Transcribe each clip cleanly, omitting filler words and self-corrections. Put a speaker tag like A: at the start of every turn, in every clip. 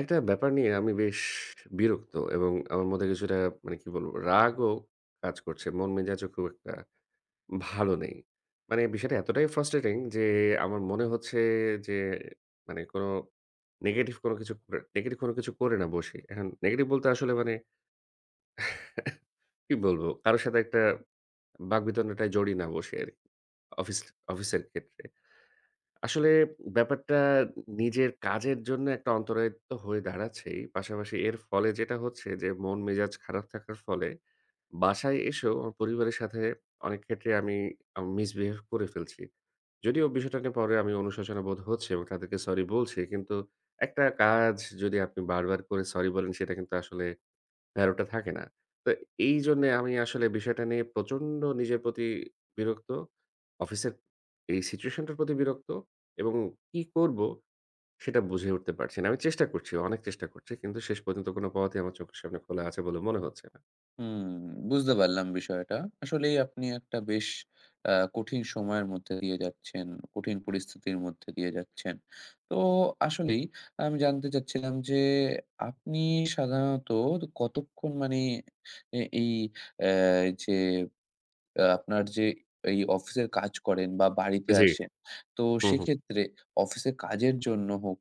A: একটা ব্যাপার নিয়ে আমি বেশ বিরক্ত এবং আমার মধ্যে কিছুটা মানে কি বলবো রাগও কাজ করছে। মন মেজাজও খুব একটা ভালো নেই। মানে বিষয়টা এতটাই ফ্রাস্ট্রেটিং যে আমার মনে হচ্ছে যে মানে কোনো নেগেটিভ কোনো কিছু করে না বসি। এখন নেগেটিভ বলতে আসলে মানে কি বলবো? কারো সাথে একটা বাকবিতণ্ডাটায় জড়িয়ে না বসি আরকি। অফিস অফিসের ক্ষেত্রে। আসলে ব্যাপারটা নিজের কাজের জন্য একটা অন্তরায় তো হয়ে দাঁড়াচ্ছেই। পাশাপাশি এর ফলে যেটা হচ্ছে যে মন-মেজাজ খারাপ থাকার ফলে বাসায় এসেও আমার পরিবারের সাথে অনেক ক্ষেত্রে আমি মিসবিহেভ করে ফেলছি। যদিও বিষয়টা নিয়ে পরে আমি অনুশোচনা বোধ হচ্ছে এবং তাদেরকে সরি বলছি। কিন্তু একটা কাজ যদি আপনি বারবার করে সরি বলেন সেটা কিন্তু আসলে ভ্যালুটা থাকে না। তো এইজন্যে আমি আসলে বিষয়টা নিয়ে প্রচন্ড নিজের প্রতি বিরক্ত। অফিসের এই সিচুয়েশনটার প্রতি বিরক্ত এবং কি করব সেটা বুঝে উঠতে পারছি না। আমি চেষ্টা করছি, অনেক চেষ্টা করছি। কিন্তু শেষ পর্যন্ত কোনো পথই আমার চোখের সামনে খোলা আছে বলে মনে হচ্ছে না।
B: হুম, বুঝতে পারলাম বিষয়টা। আসলেই আপনি একটা বেশ কঠিন সময়ের মধ্যে দিয়ে যাচ্ছেন, কঠিন পরিস্থিতির মধ্যে দিয়ে যাচ্ছেন। তো আসলেই আমি জানতে চাচ্ছিলাম যে, আপনি সাধারণত কতক্ষণ মানে এ এই অ্যা যে আপনার যে এই অফিসের কাজ করেন বা বাড়িতে
A: জি,
B: আসেন, তো
A: হুম, হুম।
B: সেক্ষেত্রে অফিসের কাজের জন্য হোক,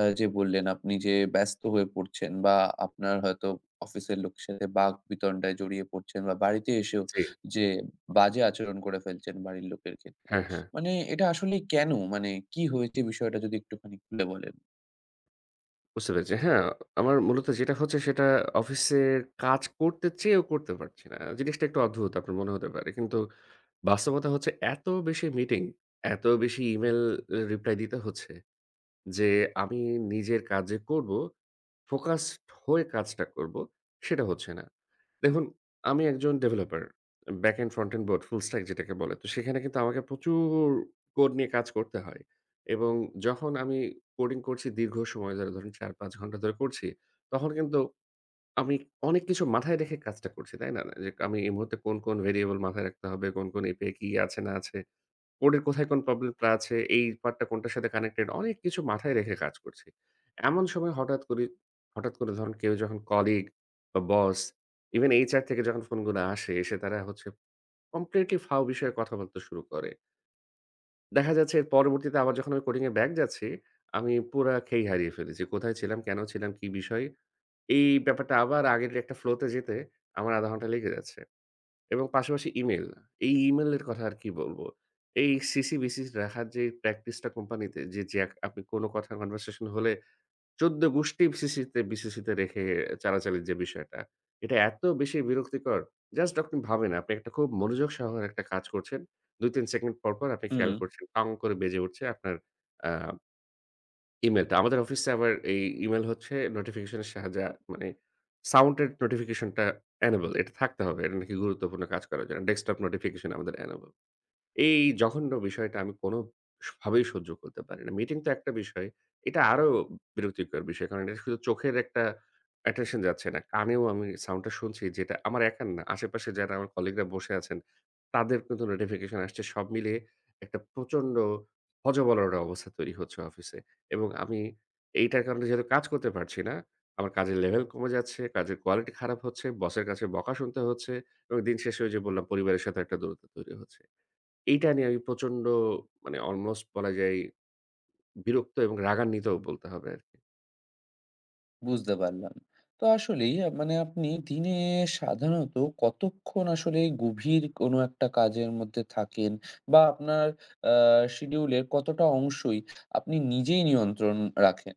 B: যে বললেন আপনি যে ব্যস্ত হয়ে পড়ছেন বা আপনার হয়তো অফিসের লোকের সাথে বাকবিতণ্ডায় জড়িয়ে পড়ছেন বা বাড়িতে এসেও
A: জি,
B: যে বাজে আচরণ করে ফেলছেন বাড়ির লোকের ক্ষেত্রে।
A: হ্যাঁ, হ্যাঁ।
B: মানে এটা আসলে কেন? মানে কি হয়েছে বিষয়টা যদি একটুখানি খুলে বলেন?
A: বুঝতে পেরেছি। হ্যাঁ, আমার মূলত যেটা হচ্ছে সেটা অফিসের কাজ করতে চেয়েও করতে পারছি না। জিনিসটা একটু অদ্ভুত আপনার মনে হতে পারে। কিন্তু বাস্তবতা হচ্ছে এত বেশি মিটিং, এত বেশি ইমেইল এ রিপ্লাই দিতে হচ্ছে যে আমি নিজের কাজ যে করব, ফোকাসড হয়ে কাজটা করব, সেটা হচ্ছে না। দেখুন, আমি একজন developer. Back end, front end both, full stack যেটাকে বলে। তো সেখানে কিন্তু আমাকে প্রচুর কোড নিয়ে কাজ করতে হয় এবং যখন আমি কোডিং করছি দীর্ঘ সময় ধরে ধরুন ৪-৫ ঘন্টা ধরে করছি, তখন কিন্তু আমি অনেক কিছু মাথায় রেখে কাজটা করছি, তাই না? যে আমি এই মুহূর্তে কোন, কোন ভেরিয়েবল মাথায় রাখতে হবে, কোন, কোন API কি আছে না আছে, কোডের কোথায় কোন প্রবলেমটা আছে, এই পার্টটা কোনটার সাথে কানেক্টেড অনেক কিছু মাথায় রেখে কাজ করছি। এমন সময় হঠাৎ করে ধরেন কেউ যখন কলিগ বা বস ইভেন HR থেকে যখন ফোনগুলো আসে, এসে তারা হচ্ছে কমপ্লিটলি ফাও বিষয়ে কথা বলতে শুরু করে। দেখা যাচ্ছে এর পরবর্তীতে আবার যখন আমি কোডিং এ ব্যাক যাচ্ছি, আমি পুরা খেই হারিয়ে ফেলেছি। কোথায় ছিলাম, কেন ছিলাম, কি বিষয় এই ব্যাপারটা আবার আগের একটা ফ্লো তে যেতে আমার ০.৫ ঘন্টা লেগে যাচ্ছে এবং পাশাপাশি ইমেইল। এই ইমেইলের কথা আর কি বলবো? এই সিসি-বিসি রাখার যে প্র্যাকটিসটা কোম্পানিতে যে আপনি কোনো কথা কনভারসেশন হলে ১৪ গোষ্ঠী সিসিতে বিসিসিতে রেখে চালাচালির যে বিষয়টা, এটা এত বেশি বিরক্তিকর। জাস্ট আপনি ভাবেন আপনি একটা খুব মনোযোগ সহকারে একটা কাজ করছেন। ২-৩ সেকেন্ড পর, পর আপনি
B: হুম।
A: খেয়াল করছেন টং করে বেজে উঠছে আপনার আ ইমেলটা। আমাদের অফিসে আবার এই ইমেল হচ্ছে নোটিফিকেশন এর সাহায্যে মানে সাউন্ডের নোটিফিকেশনটা enable এটা থাকতে হবে। এটা নাকি গুরুত্বপূর্ণ কাজ করার জন্য। ডেস্কটপ নোটিফিকেশন আমাদের enable এই জঘন্য বিষয়টা আমি কোনভাবেই সহ্য করতে পারি না। মিটিং তো একটা বিষয়। এটা আরো বিরক্তিকর বিষয়। কারণ এটা শুধু চোখের একটা attention যাচ্ছে না। কানেও আমি সাউন্ডটা শুনছি যেটা আমার একার না। আশেপাশে যারা আমার কলিগরা বসে আছেন, তাদের কিন্তু নোটিফিকেশন আসছে। সব মিলিয়ে একটা প্রচন্ড হযবল একটা অবস্থা তৈরি হচ্ছে অফিসে। এবং আমি এইটার কারণে যেহেতু কাজ করতে পারছি না, আমার কাজের লেভেল কমে যাচ্ছে, কাজের কোয়ালিটি খারাপ হচ্ছে, বসের কাছে বকা শুনতে হচ্ছে এবং দিন শেষে ওই যে বললাম পরিবারের সাথে একটা দূরত্ব তৈরি হচ্ছে। এইটা নিয়ে আমি প্রচন্ড মানে অলমোস্ট বলা যায় বিরক্ত এবং রাগান্বিতও বলতে হবে আরকি।
B: বুঝতে পারলাম। তো আসলেই মানে আপনি দিনে সাধারণত কতক্ষণ আসলে গভীর কোনো একটা কাজের মধ্যে থাকেন? বা আপনার আ শিডিউলের কতটা অংশই আপনি নিজেই নিয়ন্ত্রণ রাখেন?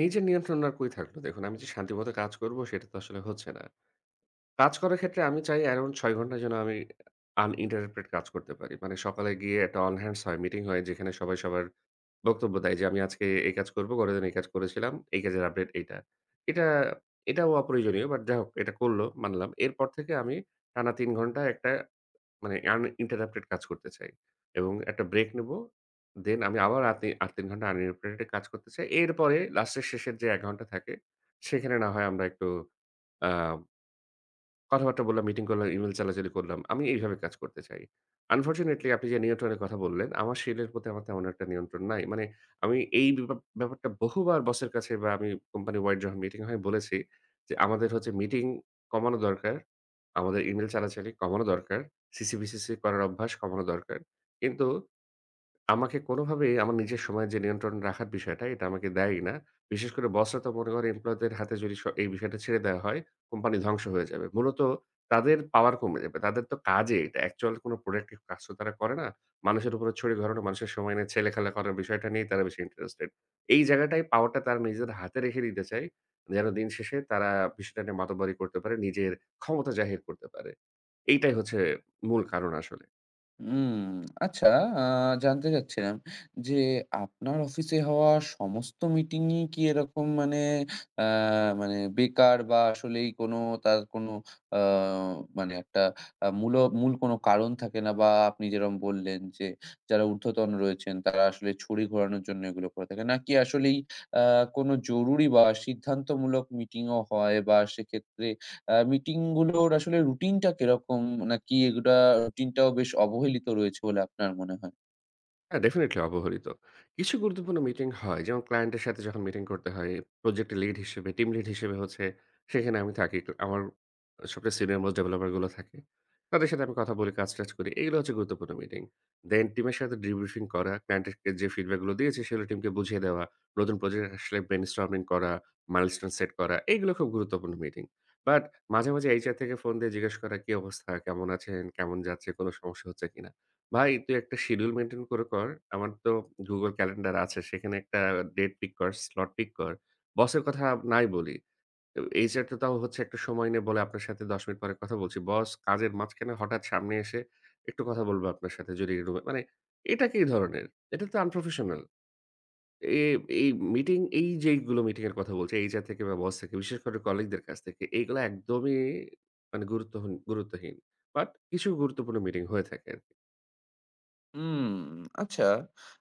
A: নিজের নিয়ন্ত্রণ আর কই থাকলো দেখুন আমি যে শান্তিমত কাজ করব সেটা তো আসলে হচ্ছে না। কাজ করার ক্ষেত্রে আমি চাই around ৬ ঘন্টা যেন আমি uninterrupted কাজ করতে পারি। মানে সকালে গিয়ে একটা all hands হয়, মিটিং হয় যেখানে সবাই সবার বক্তব্য দেয় যে আমি আজকে এই কাজ করব, পরের দিন এই কাজ করেছিলাম, এই কাজের আপডেট এইটা। এটা এটাও অপ্রয়োজনীয় বাট যাই হোক এটা করল মানলাম। এরপর থেকে আমি টানা ৩ ঘন্টা একটা মানে uninterrupted কাজ করতে চাই। এবং একটা ব্রেক নেব। দেন আমি আবার রাতে ৮-৩ ঘন্টা uninterrupted কাজ করতে চাই। এরপরে লাস্টের শেষের যে ১ ঘন্টা থাকে, সেখানে না হয় আমরা একটু আ কথাবার্তা বললাম, মিটিং করলাম, ইমেইল চালাচালি করলাম। আমি এইভাবে কাজ করতে চাই। আনফরচুনেটলি আপনি যে নিয়ন্ত্রণের কথা বললেন, আমার সেলের প্রতি আমার তেমন একটা নিয়ন্ত্রণ নাই। মানে আমি এই ব্যাপারটা বহুবার বসের কাছে বা আমি কোম্পানি ওয়াইড যখন মিটিং হয় বলেছি যে, "আমাদের হচ্ছে মিটিং কমানো দরকার। আমাদের ইমেইল চালাচালি কমানো দরকার। সিসি-বিসিসি করার অভ্যাস কমানো দরকার।" কিন্তু আমাকে কোনোভাবেই আমার নিজের সময় যে নিয়ন্ত্রণ রাখার বিষয়টা, এটা আমাকে দেয়ই না। বিশেষ করে বসরা তো মনে করে এমপ্লয়িদের হাতে যদি এই বিষয়টা ছেড়ে দেওয়া হয়, কোম্পানি ধ্বংস হয়ে যাবে। মূলত তাদের পাওয়ার কমে যাবে। তাদের তো কাজে এটা অ্যাকচুয়াল কোনো প্রোডাক্টিভ কাজ তো তারা করে না। মানুষের উপরে ছুরি ঘোরানো, মানুষের সময় নিয়ে ছেলেখেলা করার বিষয়টা নিয়েই তারা বেশি ইন্টারেস্টেড। এই জায়গাটায় পাওয়ারটা তারা নিজেদের হাতে রেখে দিতে চায়, যেন দিন শেষে তারা বিষয়টা নিয়ে মাতব্বরি করতে পারে, নিজের ক্ষমতা জাহির করতে পারে। এইটাই হচ্ছে মূল কারণ আসলে।
B: উম আচ্ছা, আ জানতে চাচ্ছিলাম যে আপনার অফিসে হওয়া সমস্ত মিটিংই কি এরকম, মানে আ মানে বেকার, বা আসলেই কোনো তার কোনো আ মানে একটা মূল মূল কোনো কারণ থাকে না, বা আপনি যেরকম বললেন যে যারা ঊর্ধ্বতন রয়েছেন তারা আসলে ছড়ি ঘোরানোর জন্য এগুলো করে থাকে। নাকি আসলেই আ কোনো জরুরি বা সিদ্ধান্তমূলক মিটিংও হয়, বা সেক্ষেত্রে মিটিং গুলোর আসলে রুটিনটা কিরকম? নাকি এগুলা রুটিনটাও বেশ অবহেলিত রয়েছে বলে আপনার মনে হয়?
A: হ্যাঁ, ডেফিনিটলি অবহেলিত। কিছু গুরুত্বপূর্ণ মিটিং হয় যেমন ক্লায়েন্টের সাথে যখন মিটিং করতে হয়, প্রজেক্টের লিড হিসেবে, টিম লিড হিসেবে হচ্ছে সেখানে আমি থাকি। তো আমার সবচেয়ে সিনিয়র মোস্ট ডেভেলপার গুলো থাকে। তাদের সাথে আমি কথা বলি, কাজ-টাজ করি। এগুলো হচ্ছে গুরুত্বপূর্ণ মিটিং। দেন টিমের সাথে ডিব্রিফিং করা, ক্লায়েন্টকে যে ফিডব্যাক গুলো দিয়েছি সেগুলো টিমকে বুঝিয়ে দেওয়া, নতুন প্রজেক্ট আসলে ব্রেইনস্টর্মিং করা, মাইলস্টোন সেট করা এগুলো খুব গুরুত্বপূর্ণ মিটিং। বাট মাঝে, মাঝে HR থেকে ফোন দিয়ে জিজ্ঞেস করা, "কি অবস্থা? কেমন আছেন? কেমন যাচ্ছে? কোন সমস্যা হচ্ছে কিনা?" ভাই তুই একটা শিডিউল মেইনটেইন করে কর। আমার তো Google ক্যালেন্ডার আছে। সেখানে একটা ডেট পিক কর, স্লট পিক কর। বসের কথা নাই বলি। তো HR তো তাও হচ্ছে একটা সময় নিয়ে বলে, "আপনার সাথে ১০ মিনিট পরে কথা বলছি।" বস কাজের মাঝখানে হঠাৎ সামনে এসে, "একটু কথা বলবো আপনার সাথে যদি রুমে" মানে এটা কি ধরনের? এটা তো আনপ্রফেশনাল। এ এই মিটিং এই যে এইগুলো মিটিং এর কথা বলছি HR থেকে বা বস থেকে, বিশেষ করে কলিগদের কাছ থেকে, এইগুলা একদমই মানে গুরুত্বহীন। বাট কিছু গুরুত্বপূর্ণ মিটিং হয়ে থাকে।
B: হুম, আচ্ছা।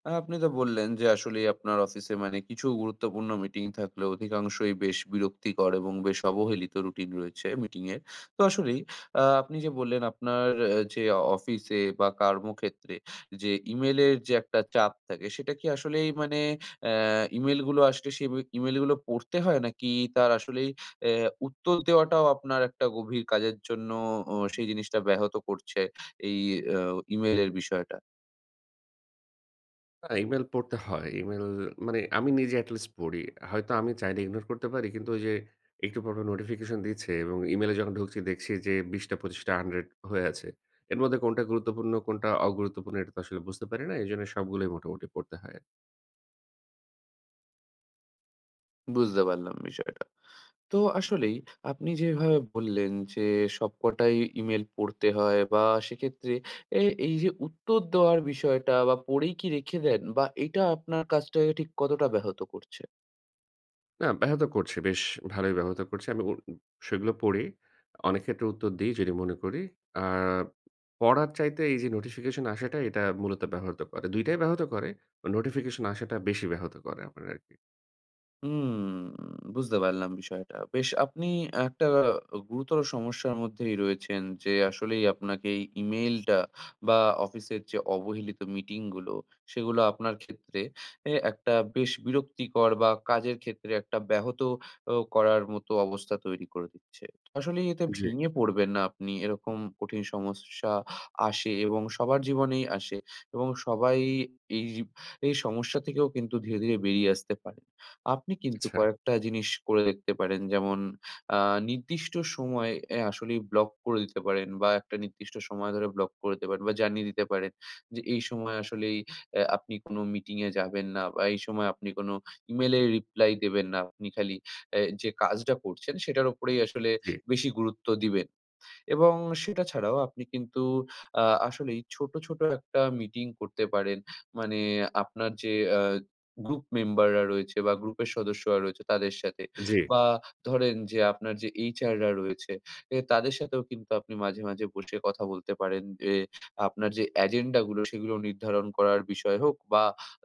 B: আপনি তো বললেন যে আসলেই আপনার অফিসে মানে কিছু গুরুত্বপূর্ণ মিটিং থাকলেও অধিকাংশই বেশ বিরক্তিকর এবং বেশ অবহেলিত রুটিন রয়েছে মিটিংয়ের। তো আসলেই আপনি যে বললেন আপনার যে অফিসে বা কর্মক্ষেত্রে যে ইমেইলের যে একটা চাপ থাকে, সেটা কি আসলেই মানে অ্যা ইমেইলগুলো আসলে সেই বে ইমেইলগুলো পড়তে হয়? নাকি তার আসলেই উত্তর দেওয়াটাও আপনার একটা গভীর কাজের জন্য ও সেই জিনিসটা ব্যাহত করছে, এই আ ইমেইলের বিষয়টা?
A: না, ইমেইল পড়তে হয়। ইমেইল মানে আমি নিজে at least পড়ি। হয়তো আমি চাইলে ইগনোর করতে পারি। কিন্তু ওই যে একটু পরপর নোটিফিকেশন দিচ্ছে এবং ইমেইলে যখন ঢুকছি দেখছি যে ২০ টা ২৫ টা ১০০ হয়ে আছে। এর মধ্যে কোনটা গুরুত্বপূর্ণ, কোনটা অগুরুত্বপূর্ণ এটা তো আসলে বুঝতে পারি না। এজন্য সবগুলোই মোটামুটি পড়তে হয়।
B: বুঝতে পারলাম বিষয়টা। তো আসলেই আপনি যেভাবে বললেন যে, সবকটাই ইমেল পড়তে হয় বা সেক্ষেত্রে এ এই যে উত্তর দেওয়ার বিষয়টা, বা পড়েই কি রেখে দেন, বা এটা আপনার কাজটাকে ঠিক কতটা ব্যাহত করছে?
A: না ব্যাহত করছে, বেশ ভালোই ব্যাহত করছে। আমি উ সেগুলো পড়ি। অনেক ক্ষেত্রে উত্তর দিই যদি মনে করি। আর পড়ার চাইতে এই যে নোটিফিকেশন আসাটা এটা মূলত ব্যাহত করে। ২ টাই ব্যাহত করে। নোটিফিকেশন আসাটা বেশি ব্যাহত করে আমার আরকি।
B: হুম, বুঝতে পারলাম বিষয়টা। বেশ আপনি একটা গুরুতর সমস্যার মধ্যেই রয়েছেন, যে আসলেই আপনাকে এই ইমেইলটা বা অফিসের যে অবহেলিত মিটিংগুলো, সেগুলো আপনার ক্ষেত্রে একটা বেশ বিরক্তিকর বা কাজের ক্ষেত্রে একটা ব্যাহত ও করার মতো অবস্থা তৈরি করে দিচ্ছে। আসলেই এতে
A: জি।
B: ভেঙে পড়বেন না আপনি। এরকম কঠিন সমস্যা আসে এবং সবার জীবনেই আসে, এবং সবাই এই এই সমস্যা থেকেও কিন্তু ধীরে, ধীরে বেরিয়ে আসতে পারে। আপনি কিন্তু
A: আচ্ছা,
B: কয়েকটা জিনিস করে দেখতে পারেন। যেমন, আ নির্দিষ্ট সময়ে আসলেই ব্লক করে দিতে পারেন, বা একটা নির্দিষ্ট সময় ধরে ব্লক করে দিতে পারেন, বা জানিয়ে দিতে পারেন যে, এই সময় আসলেই আপনি কোনো মিটিংয়ে যাবেন না, বা এই সময় আপনি কোনো ইমেইলে রিপ্লাই দেবেন না। আপনি খালি যে কাজটা করছেন সেটার উপরেই আসলে
A: জি,
B: বেশি গুরুত্ব দিবেন। এবং সেটা ছাড়াও আপনি কিন্তু আ আসলেই ছোট, ছোট একটা মিটিং করতে পারেন। মানে আপনার যে আ গ্রুপ মেম্বাররা রয়েছে বা গ্রুপের সদস্যরা রয়েছে তাদের সাথে,
A: জি,
B: বা ধরেন যে আপনার যে HR রা রয়েছে, তাদের সাথেও কিন্তু আপনি মাঝে, মাঝে বসে কথা বলতে পারেন, যে আপনার যে এজেন্ডা গুলো সেগুলো নির্ধারণ করার বিষয় হোক, বা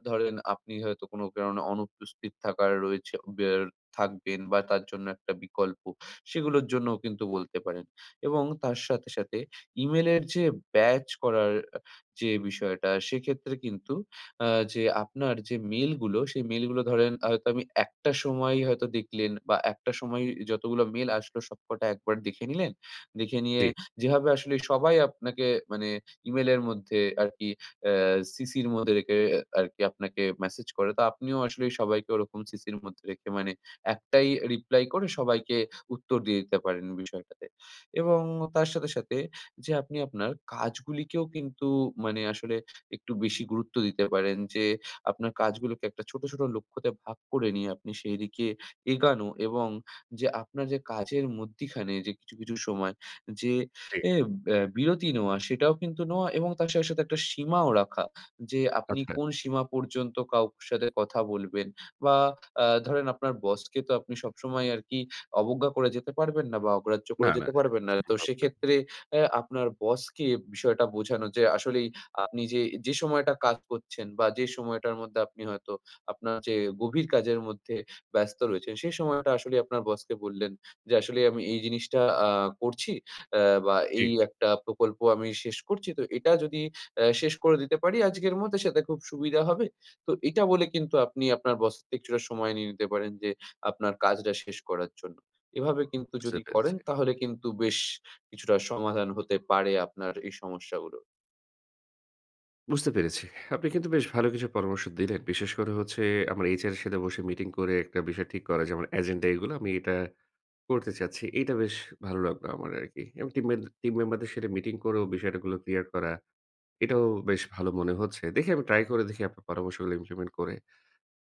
B: ধরেন আপনি হয়তো কোনো কারণে অনুপস্থিত থাকার রয়েছে, থাকবেন বা তার জন্য একটা বিকল্প, সেগুলোর জন্যও কিন্তু বলতে পারেন। এবং তার সাথে, সাথে ইমেলের যে ব্যাচ করার যে বিষয়টা, সেক্ষেত্রে কিন্তু আ যে আপনার যে মেইলগুলো, সেই মেইলগুলো ধরেন হয়তো আমি একটা সময় হয়তো দেখলেন বা একটা সময় যতগুলো মেইল আসলো সবকটা একবার দেখে নিলেন। দেখে নিয়ে,
A: জি,
B: যেভাবে আসলে সবাই আপনাকে মানে ইমেলের মধ্যে আরকি আ সিসির মধ্যে রেখে আরকি আপনাকে মেসেজ করে, তো আপনিও আসলে সবাইকে ওরকম সিসির মধ্যে রেখে মানে একটাই রিপ্লাই করে সবাইকে উত্তর দিয়ে দিতে পারেন বিষয়টাতে। এবং তার সাথে, সাথে যে আপনি আপনার কাজগুলিকেও কিন্তু মানে আসলে একটু বেশি গুরুত্ব দিতে পারেন, যে আপনার কাজগুলোকে একটা ছোট, ছোট লক্ষ্যতে ভাগ করে নিয়ে আপনি সেই দিকে এগানো, এবং যে আপনার যে কাজের মধ্যিখানে যে কিছু, কিছু সময় যে
A: জি।
B: এ ব্যা বিরতি নেওয়া, সেটাও কিন্তু নেওয়া, এবং তার সাথে, সাথে একটা সীমাও রাখা। যে আপনি
A: আচ্ছা।
B: কোন সীমা পর্যন্ত কাউর সাথে কথা বলবেন, বা ধরেন আপনার বসকে তো আপনি সবসময় আরকি অবজ্ঞা করে যেতে পারবেন না বা অগ্রাহ্য
A: না,
B: করে
A: না
B: যেতে
A: সেটা
B: পারবেন
A: তো
B: না। তো
A: সম্ভব।
B: সেক্ষেত্রে আপনার বসকে বিষয়টা বোঝানো, যে আসলেই আপনি যে সময়টা কাজ করছেন বা যে সময়টার মধ্যে আপনি হয়তো আপনার যে গভীর কাজের মধ্যে ব্যস্ত রয়েছেন, সেই সময়টা আসলে আপনার বসকে বললেন যে, "আসলে আমি এই জিনিসটা করছি, বা
A: জি,
B: এই একটা প্রকল্প আমি শেষ করছি। তো এটা যদি শেষ করে দিতে পারি আজকের মধ্যে সেটা খুব সুবিধা হবে।" তো এটা বলে কিন্তু আপনি আপনার বসের থেকে কিছুটা সময় নিয়ে নিতে পারেন, যে আপনার কাজটা শেষ করার জন্য। এভাবে কিন্তু
A: বুঝতে
B: যদি
A: পেরেছি।
B: করেন তাহলে কিন্তু বেশ কিছুটা সমাধান হতে পারে আপনার এই সমস্যাগুলোর।
A: বুঝতে পেরেছি। আপনি কিন্তু বেশ ভালো কিছু পরামর্শ দিলেন। বিশেষ করে হচ্ছে আমার HR এর সাথে বসে মিটিং করে একটা বিষয় ঠিক করা যে, আমার এজেন্ডা এগুলো আমি এটা করতে চাচ্ছি। এইটা বেশ ভালো লাগলো আমার আরকি। এবং টিম মেম্বারদের সাথে মিটিং করেও বিষয়গুলো ক্লিয়ার করা, এটাও বেশ ভালো মনে হচ্ছে। দেখি আমি ট্রাই করে দেখি আপনার পরামর্শগুলো ইমপ্লিমেন্ট করে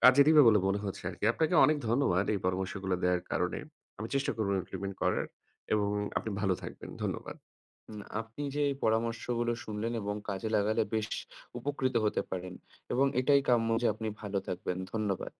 A: কাজে দিবে বলে মনে হচ্ছে আরকি। আপনাকে অনেক ধন্যবাদ এই পরামর্শগুলো দেওয়ার কারণে। আমি চেষ্টা করব ইমপ্লিমেন্ট করার এবং আপনি ভালো থাকবেন। ধন্যবাদ।
B: আপনি যে এই পরামর্শগুলো শুনলেন এবং কাজে লাগালে বেশ উপকৃত হতে পারেন, এবং এটাই কাম্য যে আপনি ভালো থাকবেন। ধন্যবাদ।